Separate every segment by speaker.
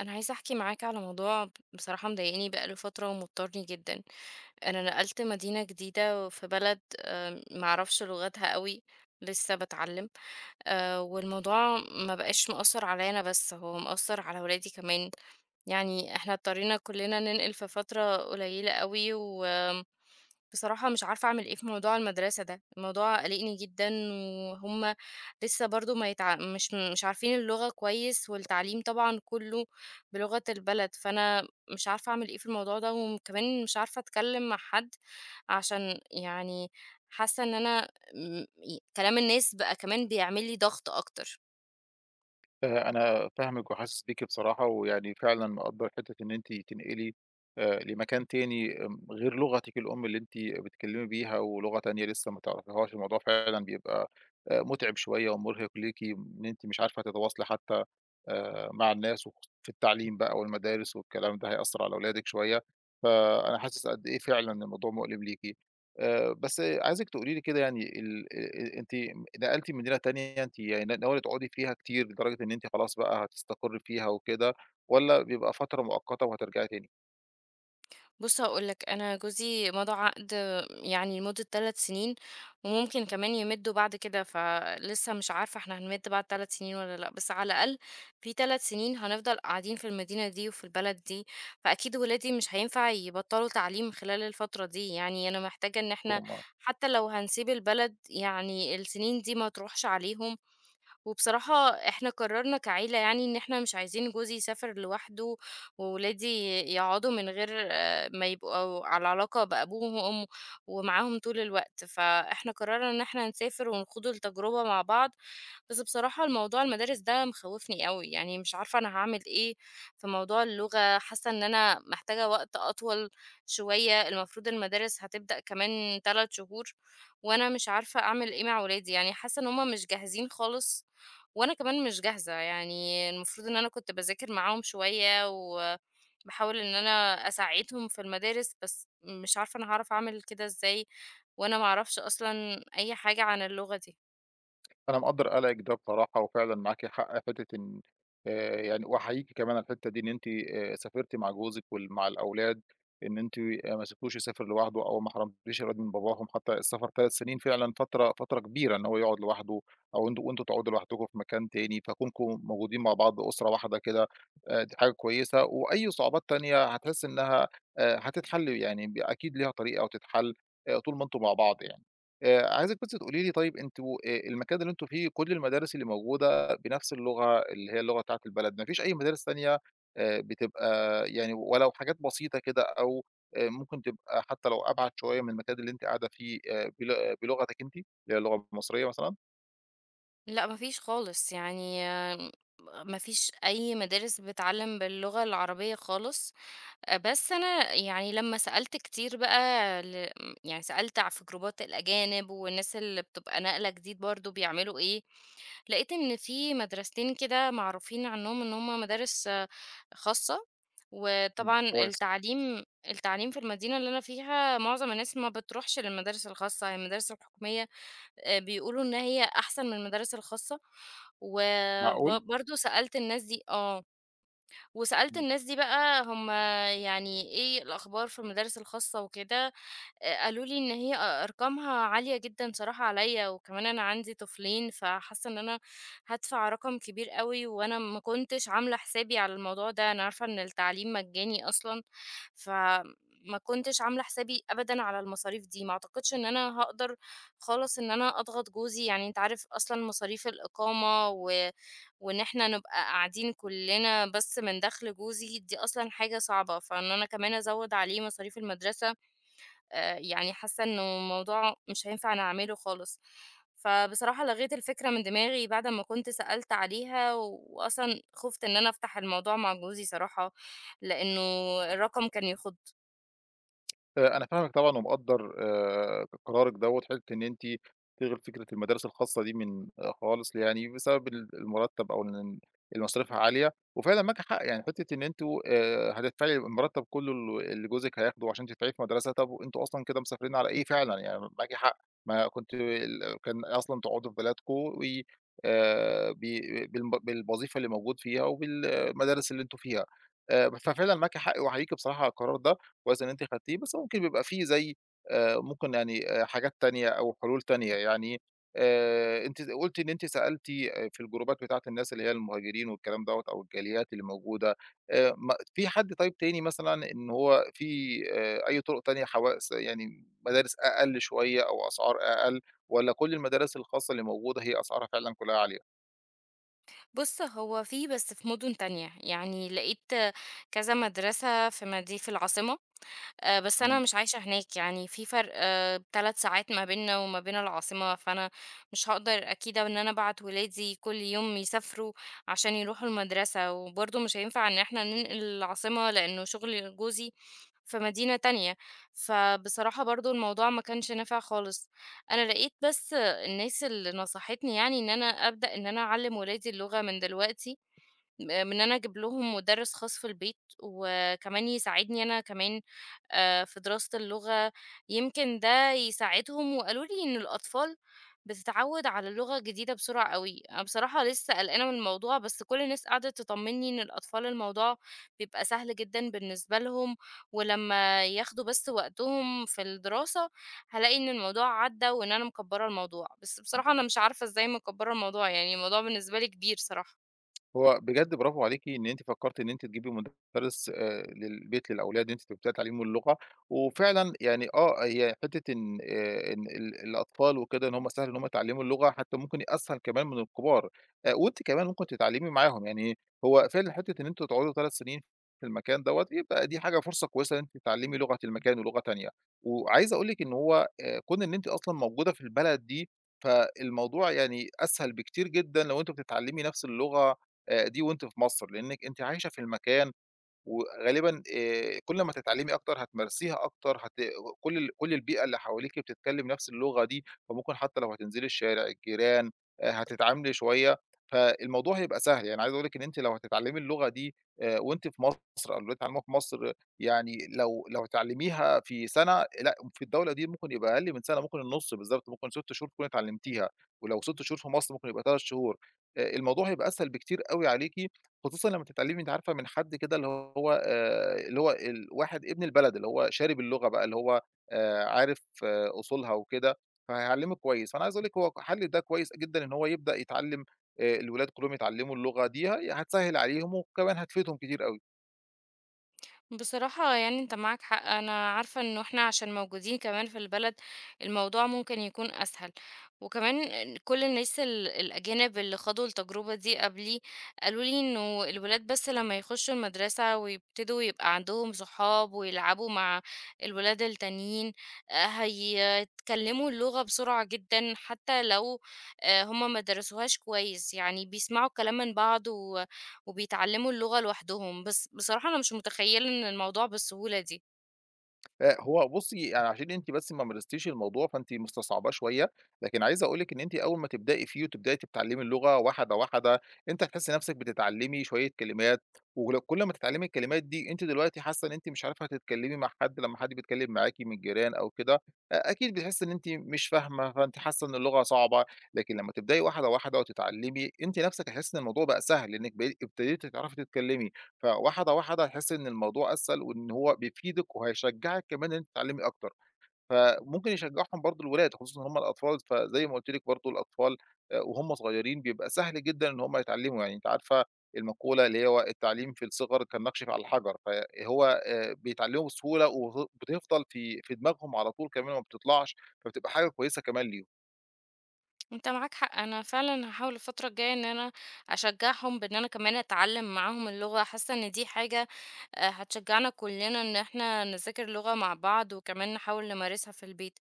Speaker 1: انا عايزه احكي معاك على موضوع بصراحه مضايقني بقاله فتره ومضطرني جدا. انا نقلت مدينه جديده في بلد، معرفش لغتها قوي، لسه بتعلم. والموضوع ما بقاش مؤثر عليا انا بس هو مؤثر على ولادي كمان، يعني احنا اضطرينا كلنا ننقل في فتره قليله قوي. بصراحة مش عارفة أعمل إيه في موضوع المدرسة ده، الموضوع قلقني جدًا، وهُم لسه برضه ما يتع مش مش عارفين اللغة كويس والتعليم طبعًا كُلّه بلغة البلد، فأنا مش عارفة أعمل إيه في الموضوع ده وكمان مش عارفة أتكلّم مع حد عشان يعني حاسة إن أنا م ي كلام الناس بقى كمان بيعمل لي ضغط أكتر.
Speaker 2: أنا فاهمِك وحاسس بيكِ بصراحة، ويعني فعلًا مقدّر حتّة إن أنتِ تنقلي لمكان تاني غير لغتِك الأم اللي أنتِ بتتكلمي بيها، ولغة تانية لسه ما تعرفيهاش، الموضوع فعلًا بيبقى مُتعب شوية ومُرهق ليكِ، إن أنتِ مش عارفة تتواصلي حتى مع الناس، وخص في التعليم بقى والمدارس والكلام ده هيأثّر على ولادِك شوية، فأنا حاسس قد إيه فعلًا الموضوع مؤلم ليكِ. بس عايزِك تقولي لي كده يعني ال أ أ أنتِ نقلتِ مدينة تانية، أنتِ يعني ناوية تقعدي فيها كتير لدرجة إن أنتِ خلاص بقى هتستقري فيها وكده، والّا بيبقى فترة مؤقتة وهترجعي تاني؟
Speaker 1: بُص هاقول لك، أنا جوزي مضى عقد يعني لمدة 3 سنين، وممكن كمان يمدّوا بعد كده، فلسه مش عارفة إحنا هنمِد بعد 3 سنين والّا لأ، بس على الأقل في 3 سنين هنفضل قاعدين في المدينة دي وفي البلد دي، فأكيد ولادي مش هينفع يبطّلوا تعليم خلال الفترة دي، يعني أنا محتاجة إن إحنا حتى لو هنسيب البلد يعني السنين دي ما تروحش عليهم. وبصراحة إحنا قررنا كعيلة يعني إن إحنا مش عايزين جوزي يسافر لوحده وولادي يقعدوا من غير ما يبقوا على علاقة بأبوهم وأمه ومعاهم طول الوقت، فإحنا قررنا إن إحنا نسافر ونخوض التجربة مع بعض. بس بصراحة الموضوع المدارس ده مخوفني قوي، يعني مش عارفة أنا هعمل إيه في موضوع اللغة، حاسة إن أنا محتاجة وقت أطول شوية. المفروض المدارس هتبدأ كمان 3 شهور وأنا مش عارفة أعمل إيه مع ولادي، يعني حاسة إن هما مش جاهزين خالص وأنا كمان مش جاهزة. يعني المفروض إن أنا كنت باذاكر معاهم شوية، وباحاول إن أنا أساعدهم في المدارس، بس مش عارفة أنا هاعرف أعمل كده إزاي، وأنا ما أعرفش أصلًا أي حاجة عن اللغة دي.
Speaker 2: أنا مقدّر قلقِك ده بصراحة، وفعلًا معاكِ حق حتّة إن يعني وأحييكِ كمان على الحتّة دي إن أنتِ سافرتِ مع جوزِك مع الأولاد، إن أنتِ ما سبتوش يسافر لوحده أو ما حرمتيش الأولاد من باباهم. حتّى السفر 3 سنين فعلًا فترة كبيرة إن هو يقعد لوحده أو أنتم تقعدوا لوحدكم في مكان تاني، فكونكم موجودين مع بعض أسرة واحدة كده، دي حاجة كويسة، وأي صعوبات تانية هتحسّي إنّها هتتحل، يعني أكيد ليها طريقة وتتحل طول ما أنتم مع بعض يعني. عايزِك بس تقولي لي، طيب أنتم المكان اللي أنتم فيه كل المدارس اللي موجودة بنفس اللغة اللي هي اللغة بتاعة البلد، ما فيش أي مدارس تانية بتبقى يعني ولو حاجات بسيطة كده، أو ممكن تبقى حتى لو أبعد شوية من المكان اللي أنتِ قاعدة فيه بل آه، بلغتِك أنتِ، اللي هي اللغة المصرية مثلًا؟
Speaker 1: لأ، ما فيش خالص، يعني ما فيش أي مدارس بتعلّم باللغة العربية خالص. بس أنا يعني لمّا سألت كتير بقى يعني سألت في جروبات الأجانب والناس اللي بتبقى ناقلة جديد برضه بيعملوا إيه، لقيت إن في مدرستين كده معروفين عنهم إن هُم مدارس خاصة. وطبعًا
Speaker 2: كويس.
Speaker 1: التعليم في المدينة اللي أنا فيها معظم الناس ما بتروحش للمدارس الخاصة، هي المدارس الحكومية. بيقولوا إن هي أحسن من المدارس الخاصة،
Speaker 2: معقول!
Speaker 1: برضه سألت الناس دي وسألت الناس دي بقى هم يعني إيه الأخبار في المدارس الخاصة وكده، قالوا لي إن هي أرقامها عالية جدًا صراحة عليّا، وكمان أنا عندي طفلين، فحاسة إن أنا هادفع رقم كبير أوي، وأنا ما كنتش عاملة حسابي على الموضوع ده، أنا عارفة إن التعليم مجاني أصلًا، فما كنتش عاملة حسابي أبدًا على المصاريف دي. ما أعتقدش إن أنا هاقدر خالص إن أنا أضغط جوزي، يعني أنت عارف أصلًا مصاريف الإقامة وإن إحنا نبقى قاعدين كلنا بس من دخل جوزي دي أصلًا حاجة صعبة، فإن أنا كمان أزوّد عليه مصاريف المدرسة، يعني حاسة إنه الموضوع مش هينفع نعمله خالص. فبصراحة لغيت الفكرة من دماغي بعد ما كنت سألت عليها، و- وأصلًا خُفت إن أنا أفتح الموضوع مع جوزي صراحة، لإنه الرقم كان يخُض.
Speaker 2: أنا فاهمِك طبعًا ومقدّر قرارِك دوّة، حتّة إن أنتِ تلغي فكرة المدارس الخاصة دي من آه، خالص، يعني بسبب المرتّب أو إن اللي مصاريفها عالية، وفعلًا معاكِ حق، يعني حتّة إن أنتم هتدفعي المرتّب كلّه اللي جوزِك هياخده عشان تدفعيه في مدرسة، طَب وأنتم أصلًا كده مسافرين على إيه؟ فعلًا يعني معاكِ حق، ما كنتِ ال كان أصلًا تقعدوا في بلدكم و ب بالم بالوظيفة اللي موجود فيها وبالمدارس اللي أنتم فيها. ففعلًا معاكِ حق وأحييكِ بصراحة على القرار ده. كويس إن أنتِ خدتيه، بس ممكن بيبقى في زي ممكن يعني حاجات تانية أو حلول تانية. يعني أنتِ قُلتِ إن أنتِ سألتِ في الجروبات بتاعة الناس اللي هي المهاجرين والكلام دوّة أو الجاليات اللي موجودة، ما في حد طيب تاني مثلًا إن هو في أي طرق تانية حواس، يعني مدارس أقل شوية أو أسعار أقل، والّا كل المدارس الخاصة اللي موجودة هي أسعارها فعلًا كلها عالية؟
Speaker 1: بُص، هو في بس في مُدن تانية، يعني لقيت كذا مدرسة في العاصمة، بس أنا مش عايشة هناك، يعني في فرق 3 ساعات ما بيننا وما بين العاصمة، فأنا مش هاقدر أكيد إن أنا أبعت ولادي كل يوم يسافروا عشان يروحوا المدرسة، وبرضه مش هينفع إن إحنا ننقل العاصمة لإنه شغل جوزي في مدينة تانية، فبصراحة برضه الموضوع ما كانش نافع خالص. أنا لقيت بس الناس اللي نصحتني يعني إن أنا أبدأ إن أنا أعلّم ولادي اللغة من دلوقتي، من إن أنا أجيب لهم مُدرّس خاص في البيت، وكمان يساعدني أنا كمان في دراسة اللغة، يمكن ده يساعدهم. وقالوا لي إن الأطفال بتتعوّد على اللغة الجديدة بسرعة أوي. أنا بصراحة لسه قلقانة من الموضوع، بس كل الناس قعدت تطمّني إن الأطفال الموضوع بيبقى سهل جدًا بالنسبة لهم، ولمّا ياخدوا بس وقتهم في الدراسة، هالاقي إن الموضوع عدّى وإن أنا مكبّرة الموضوع. بس بصراحة أنا مش عارفة إزاي مكبّرة الموضوع، يعني الموضوع بالنسبة لي كبير صراحة.
Speaker 2: هو بجد برافو عليكِ إن أنتِ فكّرتِ إن أنتِ تجيبي مُدرّس للبيت للأولاد، إن أنتِ تبدئي تعليمهم اللغة، وفعلًا يعني آه، هي حتّة إن إن ال الأطفال وكده إن هم سهل إن هم يتعلموا اللغة، حتّى ممكن أسهل كمان من الكبار. وأنتِ كمان ممكن تتعلمي معاهم، يعني هو فعلًا حتّة إن أنتم تقعدوا 3 سنين في المكان دوّة، يبقى دي حاجة فرصة كويسة إن أنتِ تتعلمي لغة المكان ولغة تانية، وعايز أقول لِك إن هو كون إن أنتِ أصلًا موجودة في البلد دي، فالموضوع يعني أسهل بكتير جدًا لو أنتم بتتعلمي نفْس اللغة دي وأنتِ في مصر، لإنِّك أنتِ عايشة في المكان وغالبًا كل ما تتعلّمي أكتر هتمارسيها أكتر هت كل ال كل البيئة اللي حواليكِ بتتكلّم نفس اللغة دي، فممكن حتى لو هتنزلي الشارع، الجيران، هتتعاملي شوية، فالموضوع هيبقى سهل. يعني عايز أقول لِك إن أنتِ لو هتتعلّمي اللغة دي وأنتِ في مصر، أو لو هتتعلّموها في مصر، يعني لو هتتعلّميها في سنة، لأ، في الدولة دي ممكن يبقى أقل من سنة، ممكن النُص بالضبط، ممكن 6 شهور تكوني اتعلّمتيها، ولو 6 شهور في مصر ممكن يبقى 3 شهور. الموضوع هيبقى أسهل بكتير أوي عليكِ، خصوصًا لمّا تتعلّمي أنتِ عارفة من حد كده اللي هو اللي هو الواحد ابن البلد، اللي هو شارب اللغة بقى، اللي هو عارف آه، أصولها وكده، فهيعلّمِك كويس. فأنا عايز أقول لِك هو حل ده كويس جدًا، إن هو يبدأ يتعلّم الولاد كلّهم يتعلّموا اللغة دي، هي هتسهّل عليهم وكمان هتفيدهم كتير أوي.
Speaker 1: بصراحة يعني انت معاك حق، انا عارفة انه احنا عشان موجودين كمان في البلد الموضوع ممكن يكون اسهل، وكمان كل الناس الاجانب اللي خاضوا التجربة دي قبلي قالوا لي انه الولاد بس لما يخشوا المدرسة ويبتدوا يبقى عندهم صحاب ويلعبوا مع الولاد التانيين، هيتكلموا اللغة بسرعة جدا، حتى لو هما ما درسوهاش كويس، يعني بيسمعوا كلام من بعض وبيتعلموا اللغة لوحدهم. بس بصراحة أنا مش متخيّلة إن الموضوع بالسهولة دي.
Speaker 2: هو بُصّي، يعني عشان أنتِ بس ما مارستيش الموضوع، فأنتِ مستصعباه شوية، لكن عايز أقول لِك إن أنتِ أول ما تبدئي فيه وتبدئي تتعلمي اللغة واحدة، واحدة، أنتِ هتحسّي نَفْسِك بتتعلمي شوية كلمات، ولو كل ما تتعلمي الكلمات دي، أنتِ دلوقتي حاسّة إن أنتِ مش عارفة تتكلمي مع حد، لمّا حد بيتكلم معاكِ من الجيران أو كده، أكيد بتحسّي إن أنتِ مش فاهمة، فأنتِ حاسّة إن اللغة صعبة، لكن لمّا تبدئي واحدة، واحدة وتتعلمي، أنتِ نَفْسِك هتحسّي إن الموضوع بقى سهل، لإنِّك بقيتِ ابتديتِ تعرفي تتكلمي. فواحدة، واحدة هتحسّي إن الموضوع أسهل وإن هو بيفيدِك وهيشجّعِك كمان إن أنتِ تتعلّمي أكتر، فممكن يشجّعهم برضه الولاد، خصوصًا إن هم الأطفال، فزي ما قُلت لِك برضه الأطفال وهُم صغيّرين بيبقى سهل جدًا إن هم يتعلّموا. يعني أنتِ عارفة المقولة اللي هي و التعليم في الصِغَر كالنقش على الحجر، فهو بيتعلّموا بسهولة بتفضل في دماغهم على طول كمان ما بتطلعش، فبتبقى حاجة كويسة كمان ليهم.
Speaker 1: أنت معاك حق، أنا فعلًا هاحاول الفترة الجاية إن أنا أشجّعهم بإن أنا كمان أتعلّم معاهم اللغة، حاسة إن دي حاجة هتشجّعنا كُلّنا إن إحنا نذاكر لغة مع بعض وكمان نحاول نمارسها في البيت.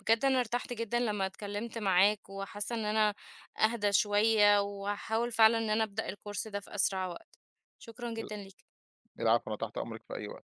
Speaker 1: بجد أنا ارتحت جدًا لمّا اتكلّمت معاك وحاسة إن أنا أهدى شوية وهاحاول فعلًا إن أنا أبدأ الcourse ده في أسرع وقت. شكرًا
Speaker 2: ال
Speaker 1: جدًا ليك.
Speaker 2: العفو، أنا تحت أمرِك في أي وقت.